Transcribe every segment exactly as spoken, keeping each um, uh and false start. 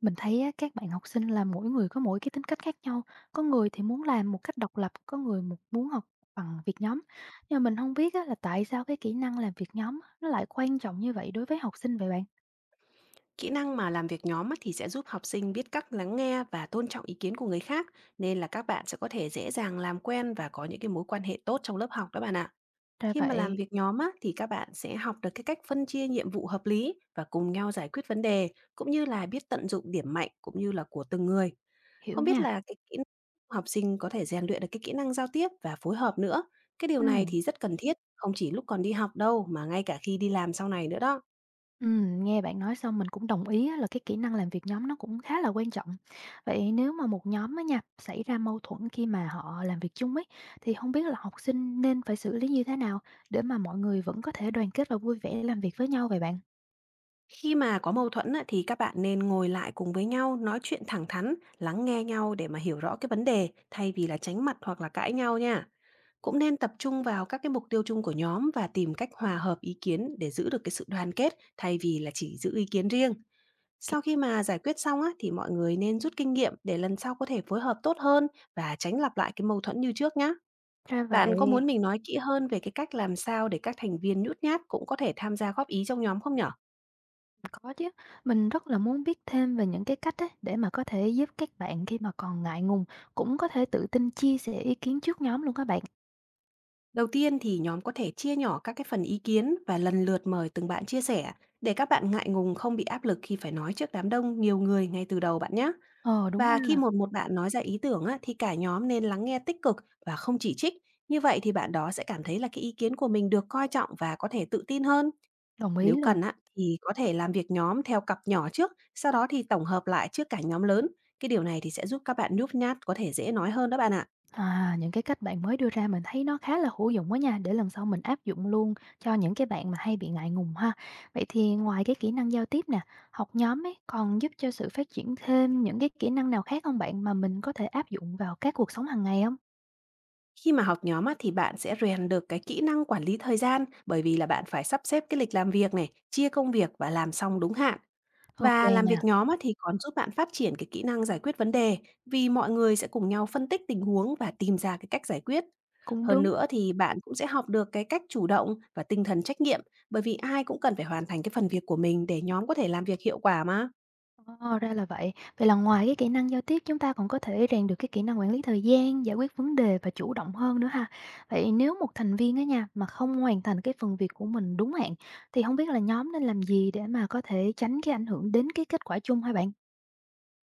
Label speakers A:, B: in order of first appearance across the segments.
A: Mình thấy á, các bạn học sinh là mỗi người có mỗi cái tính cách khác nhau. Có người thì muốn làm một cách độc lập, có người mu- muốn học bằng việc nhóm. Nhưng mà mình không biết á, là tại sao cái kỹ năng làm việc nhóm nó lại quan trọng như vậy đối với học sinh vậy bạn?
B: Kỹ năng mà làm việc nhóm á, thì sẽ giúp học sinh biết cách lắng nghe và tôn trọng ý kiến của người khác, nên là các bạn sẽ có thể dễ dàng làm quen và có những cái mối quan hệ tốt trong lớp học đó bạn ạ.
A: Ra
B: Khi mà làm
A: vậy,
B: việc nhóm á, thì các bạn sẽ học được cái cách phân chia nhiệm vụ hợp lý và cùng nhau giải quyết vấn đề, cũng như là biết tận dụng điểm mạnh cũng như là của từng người.
A: hiểu
B: Không biết
A: nha.
B: là cái kỹ năng học sinh có thể rèn luyện được cái kỹ năng giao tiếp và phối hợp nữa. Cái điều
A: Ừ.
B: này thì rất cần thiết, không chỉ lúc còn đi học đâu mà ngay cả khi đi làm sau này nữa đó.
A: Ừ, nghe bạn nói xong mình cũng đồng ý á, là cái kỹ năng làm việc nhóm nó cũng khá là quan trọng. Vậy nếu mà một nhóm á nha xảy ra mâu thuẫn khi mà họ làm việc chung ấy, thì không biết là học sinh nên phải xử lý như thế nào để mà mọi người vẫn có thể đoàn kết và vui vẻ làm việc với nhau vậy bạn?
B: Khi mà có mâu thuẫn á, thì các bạn nên ngồi lại cùng với nhau, nói chuyện thẳng thắn, lắng nghe nhau để mà hiểu rõ cái vấn đề, thay vì là tránh mặt hoặc là cãi nhau nha. Cũng nên tập trung vào các cái mục tiêu chung của nhóm và tìm cách hòa hợp ý kiến để giữ được cái sự đoàn kết, thay vì là chỉ giữ ý kiến riêng. Sau khi mà giải quyết xong á, thì mọi người nên rút kinh nghiệm để lần sau có thể phối hợp tốt hơn và tránh lặp lại cái mâu thuẫn như trước nhé.
A: Ra
B: Bạn có
A: vậy,
B: muốn mình nói kỹ hơn về cái cách làm sao để các thành viên nhút nhát cũng có thể tham gia góp ý trong nhóm không nhở?
A: có chứ. Mình rất là muốn biết thêm về những cái cách ấy, để mà có thể giúp các bạn khi mà còn ngại ngùng cũng có thể tự tin chia sẻ ý kiến trước nhóm luôn các bạn.
B: Đầu tiên thì nhóm có thể chia nhỏ các cái phần ý kiến và lần lượt mời từng bạn chia sẻ để các bạn ngại ngùng không bị áp lực khi phải nói trước đám đông nhiều người ngay từ đầu bạn nhé.
A: Ờ, đúng
B: Và khi
A: ha,
B: một một bạn nói ra ý tưởng á, thì cả nhóm nên lắng nghe tích cực và không chỉ trích. Như vậy thì bạn đó sẽ cảm thấy là cái ý kiến của mình được coi trọng và có thể tự tin hơn.
A: đồng ý
B: Nếu
A: luôn.
B: cần á, thì có thể làm việc nhóm theo cặp nhỏ trước, sau đó thì tổng hợp lại trước cả nhóm lớn. Cái điều này thì sẽ giúp các bạn nhút nhát có thể dễ nói hơn đó bạn ạ.
A: À, những cái cách bạn mới đưa ra mình thấy nó khá là hữu dụng quá nha, để lần sau mình áp dụng luôn cho những cái bạn mà hay bị ngại ngùng ha. Vậy thì ngoài cái kỹ năng giao tiếp nè, học nhóm ấy còn giúp cho sự phát triển thêm những cái kỹ năng nào khác không bạn, mà mình có thể áp dụng vào các cuộc sống hàng ngày không?
B: Khi mà học nhóm á, thì bạn sẽ rèn được cái kỹ năng quản lý thời gian bởi vì là bạn phải sắp xếp cái lịch làm việc này, chia công việc và làm xong đúng hạn.
A: Ok
B: Và làm
A: nha,
B: việc nhóm á, thì còn giúp bạn phát triển cái kỹ năng giải quyết vấn đề vì mọi người sẽ cùng nhau phân tích tình huống và tìm ra cái cách giải quyết.
A: cũng
B: Hơn
A: đúng.
B: nữa thì bạn cũng sẽ học được cái cách chủ động và tinh thần trách nhiệm bởi vì ai cũng cần phải hoàn thành cái phần việc của mình để nhóm có thể làm việc hiệu quả mà.
A: Ồ, ra là vậy. Vậy là ngoài cái kỹ năng giao tiếp, chúng ta còn có thể rèn được cái kỹ năng quản lý thời gian, giải quyết vấn đề và chủ động hơn nữa ha. Vậy nếu một thành viên á nha mà không hoàn thành cái phần việc của mình đúng hạn, thì không biết là nhóm nên làm gì để mà có thể tránh cái ảnh hưởng đến cái kết quả chung hả bạn?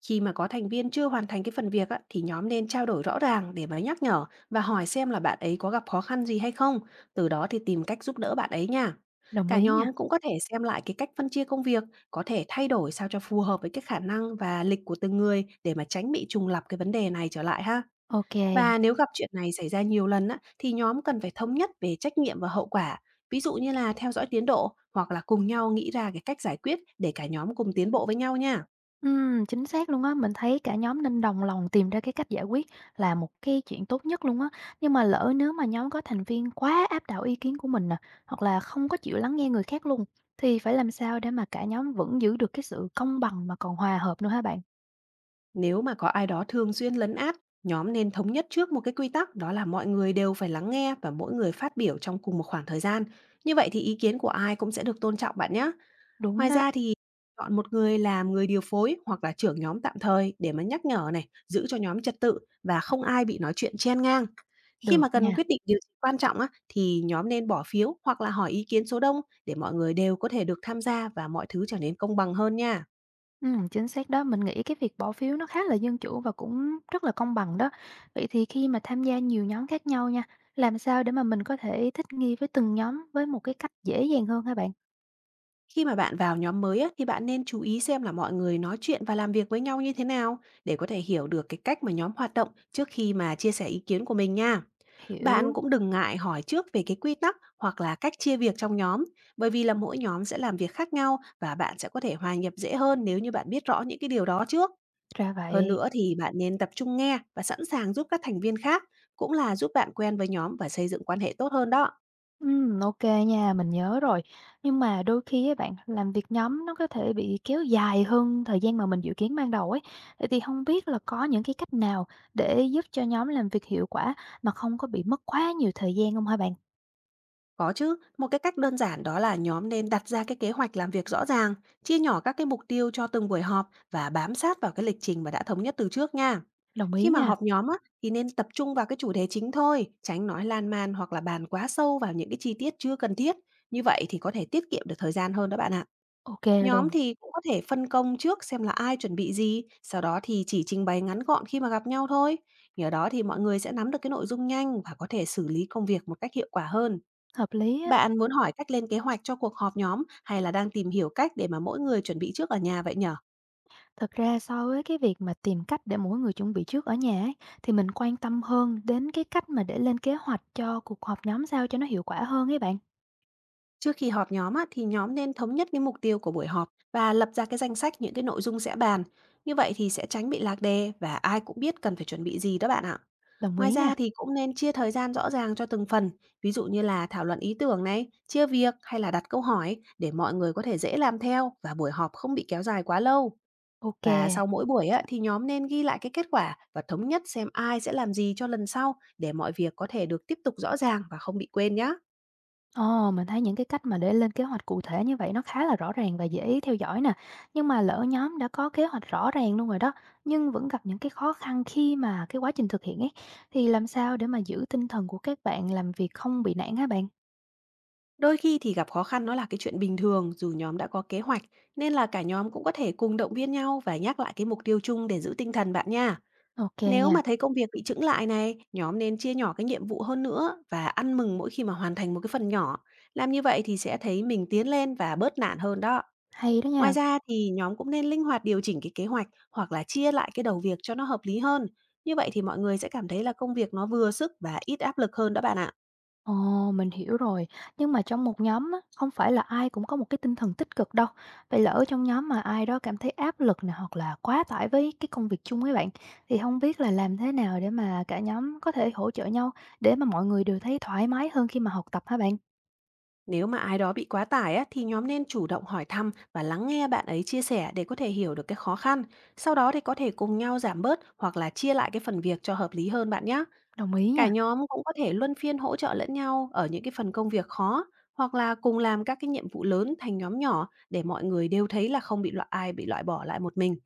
B: Khi mà có thành viên chưa hoàn thành cái phần việc á, thì nhóm nên trao đổi rõ ràng để mà nhắc nhở và hỏi xem là bạn ấy có gặp khó khăn gì hay không. Từ đó thì tìm cách giúp đỡ bạn ấy nha.
A: Đồng
B: Cả
A: ý nha.
B: nhóm cũng có thể xem lại cái cách phân chia công việc, có thể thay đổi sao cho phù hợp với cái khả năng và lịch của từng người để mà tránh bị trùng lặp cái vấn đề này trở lại ha.
A: Ok.
B: Và nếu gặp chuyện này xảy ra nhiều lần á, thì nhóm cần phải thống nhất về trách nhiệm và hậu quả. Ví dụ như là theo dõi tiến độ hoặc là cùng nhau nghĩ ra cái cách giải quyết để cả nhóm cùng tiến bộ với nhau nha.
A: Ừm, chính xác luôn á, mình thấy cả nhóm nên đồng lòng tìm ra cái cách giải quyết là một cái chuyện tốt nhất luôn á. Nhưng mà lỡ nếu mà nhóm có thành viên quá áp đảo ý kiến của mình nè, hoặc là không có chịu lắng nghe người khác luôn, thì phải làm sao để mà cả nhóm vẫn giữ được cái sự công bằng mà còn hòa hợp nữa hả bạn?
B: Nếu mà có ai đó thường xuyên lấn át, nhóm nên thống nhất trước một cái quy tắc đó là mọi người đều phải lắng nghe và mỗi người phát biểu trong cùng một khoảng thời gian. Như vậy thì ý kiến của ai cũng sẽ được tôn trọng bạn nhé.
A: Đúng
B: Ngoài
A: đó,
B: ra thì chọn một người làm người điều phối hoặc là trưởng nhóm tạm thời để mà nhắc nhở này, giữ cho nhóm trật tự và không ai bị nói chuyện chen ngang. Khi
A: được
B: mà cần
A: nha.
B: quyết định điều gì quan trọng á, thì nhóm nên bỏ phiếu hoặc là hỏi ý kiến số đông để mọi người đều có thể được tham gia và mọi thứ trở nên công bằng hơn nha.
A: Ừm, chính xác đó, mình nghĩ cái việc bỏ phiếu nó khá là dân chủ và cũng rất là công bằng đó. Vậy thì khi mà tham gia nhiều nhóm khác nhau nha, làm sao để mà mình có thể thích nghi với từng nhóm với một cái cách dễ dàng hơn hả bạn?
B: Khi mà bạn vào nhóm mới á, thì bạn nên chú ý xem là mọi người nói chuyện và làm việc với nhau như thế nào để có thể hiểu được cái cách mà nhóm hoạt động trước khi mà chia sẻ ý kiến của mình nha. Bạn
A: Hiểu.
B: cũng đừng ngại hỏi trước về cái quy tắc hoặc là cách chia việc trong nhóm, bởi vì là mỗi nhóm sẽ làm việc khác nhau và bạn sẽ có thể hòa nhập dễ hơn nếu như bạn biết rõ những cái điều đó trước.
A: Ra
B: Hơn
A: vậy.
B: nữa thì bạn nên tập trung nghe và sẵn sàng giúp các thành viên khác, cũng là giúp bạn quen với nhóm và xây dựng quan hệ tốt hơn đó.
A: Ừm, ô nha, mình nhớ rồi. Nhưng mà đôi khi á bạn, làm việc nhóm nó có thể bị kéo dài hơn thời gian mà mình dự kiến ban đầu ấy. Vậy thì không biết là có những cái cách nào để giúp cho nhóm làm việc hiệu quả mà không có bị mất quá nhiều thời gian không hả bạn?
B: Có chứ, một cái cách đơn giản đó là nhóm nên đặt ra cái kế hoạch làm việc rõ ràng, chia nhỏ các cái mục tiêu cho từng buổi họp và bám sát vào cái lịch trình mà đã thống nhất từ trước nha.
A: Đồng ý
B: Khi mà
A: nha.
B: họp nhóm á, thì nên tập trung vào cái chủ đề chính thôi, tránh nói lan man hoặc là bàn quá sâu vào những cái chi tiết chưa cần thiết. Như vậy thì có thể tiết kiệm được thời gian hơn đó bạn ạ.
A: Ok
B: Nhóm
A: luôn,
B: thì cũng có thể phân công trước xem là ai chuẩn bị gì, sau đó thì chỉ trình bày ngắn gọn khi mà gặp nhau thôi. Nhờ đó thì mọi người sẽ nắm được cái nội dung nhanh và có thể xử lý công việc một cách hiệu quả hơn.
A: hợp lý á.
B: Bạn muốn hỏi cách lên kế hoạch cho cuộc họp nhóm hay là đang tìm hiểu cách để mà mỗi người chuẩn bị trước ở nhà vậy nhở?
A: Thật ra so với cái việc mà tìm cách để mỗi người chuẩn bị trước ở nhà ấy, thì mình quan tâm hơn đến cái cách mà để lên kế hoạch cho cuộc họp nhóm sao cho nó hiệu quả hơn ấy bạn.
B: Trước khi họp nhóm á, thì nhóm nên thống nhất cái mục tiêu của buổi họp và lập ra cái danh sách những cái nội dung sẽ bàn. Như vậy thì sẽ tránh bị lạc đề và ai cũng biết cần phải chuẩn bị gì đó bạn ạ.
A: Đồng
B: Ngoài
A: ý nha.
B: ra thì cũng nên chia thời gian rõ ràng cho từng phần, ví dụ như là thảo luận ý tưởng này, chia việc hay là đặt câu hỏi để mọi người có thể dễ làm theo và buổi họp không bị kéo dài quá lâu.
A: Ok.
B: Và sau mỗi buổi á, thì nhóm nên ghi lại cái kết quả và thống nhất xem ai sẽ làm gì cho lần sau để mọi việc có thể được tiếp tục rõ ràng và không bị quên nhé.
A: Ờ, mình thấy những cái cách mà để lên kế hoạch cụ thể như vậy nó khá là rõ ràng và dễ theo dõi nè. Nhưng mà lỡ nhóm đã có kế hoạch rõ ràng luôn rồi đó, nhưng vẫn gặp những cái khó khăn khi mà cái quá trình thực hiện ấy, thì làm sao để mà giữ tinh thần của các bạn làm việc không bị nản hả bạn?
B: Đôi khi thì gặp khó khăn nó là cái chuyện bình thường dù nhóm đã có kế hoạch, nên là cả nhóm cũng có thể cùng động viên nhau và nhắc lại cái mục tiêu chung để giữ tinh thần bạn nha.
A: Ok
B: Nếu
A: nha,
B: mà thấy công việc bị chững lại này, nhóm nên chia nhỏ cái nhiệm vụ hơn nữa và ăn mừng mỗi khi mà hoàn thành một cái phần nhỏ. Làm như vậy thì sẽ thấy mình tiến lên và bớt nản hơn đó.
A: hay đó
B: Ngoài
A: nha.
B: ra thì nhóm cũng nên linh hoạt điều chỉnh cái kế hoạch hoặc là chia lại cái đầu việc cho nó hợp lý hơn. Như vậy thì mọi người sẽ cảm thấy là công việc nó vừa sức và ít áp lực hơn đó bạn ạ.
A: Ồ, mình hiểu rồi. Nhưng mà trong một nhóm á, không phải là ai cũng có một cái tinh thần tích cực đâu. Vậy lỡ trong nhóm mà ai đó cảm thấy áp lực này, hoặc là quá tải với cái công việc chung với bạn, thì không biết là làm thế nào để mà cả nhóm có thể hỗ trợ nhau, để mà mọi người đều thấy thoải mái hơn khi mà học tập hả bạn?
B: Nếu mà ai đó bị quá tải á, thì nhóm nên chủ động hỏi thăm và lắng nghe bạn ấy chia sẻ để có thể hiểu được cái khó khăn. Sau đó thì có thể cùng nhau giảm bớt hoặc là chia lại cái phần việc cho hợp lý hơn bạn nhé.
A: Đồng ý nha.
B: Cả nhóm cũng có thể luân phiên hỗ trợ lẫn nhau ở những cái phần công việc khó hoặc là cùng làm các cái nhiệm vụ lớn thành nhóm nhỏ để mọi người đều thấy là không bị loại ai bị loại bỏ lại một mình.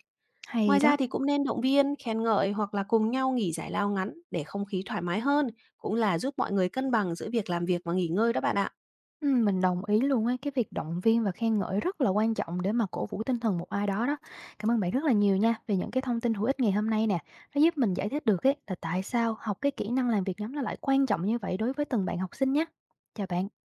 A: Hay
B: Ngoài
A: đó.
B: ra thì cũng nên động viên, khen ngợi hoặc là cùng nhau nghỉ giải lao ngắn để không khí thoải mái hơn, cũng là giúp mọi người cân bằng giữa việc làm việc và nghỉ ngơi đó bạn ạ.
A: Ừm, mình đồng ý luôn á, cái việc động viên và khen ngợi rất là quan trọng để mà cổ vũ tinh thần một ai đó đó. Cảm ơn bạn rất là nhiều nha về những cái thông tin hữu ích ngày hôm nay nè. Nó giúp mình giải thích được ấy, là tại sao học cái kỹ năng làm việc nhóm nó lại quan trọng như vậy đối với từng bạn học sinh nhé. Chào bạn.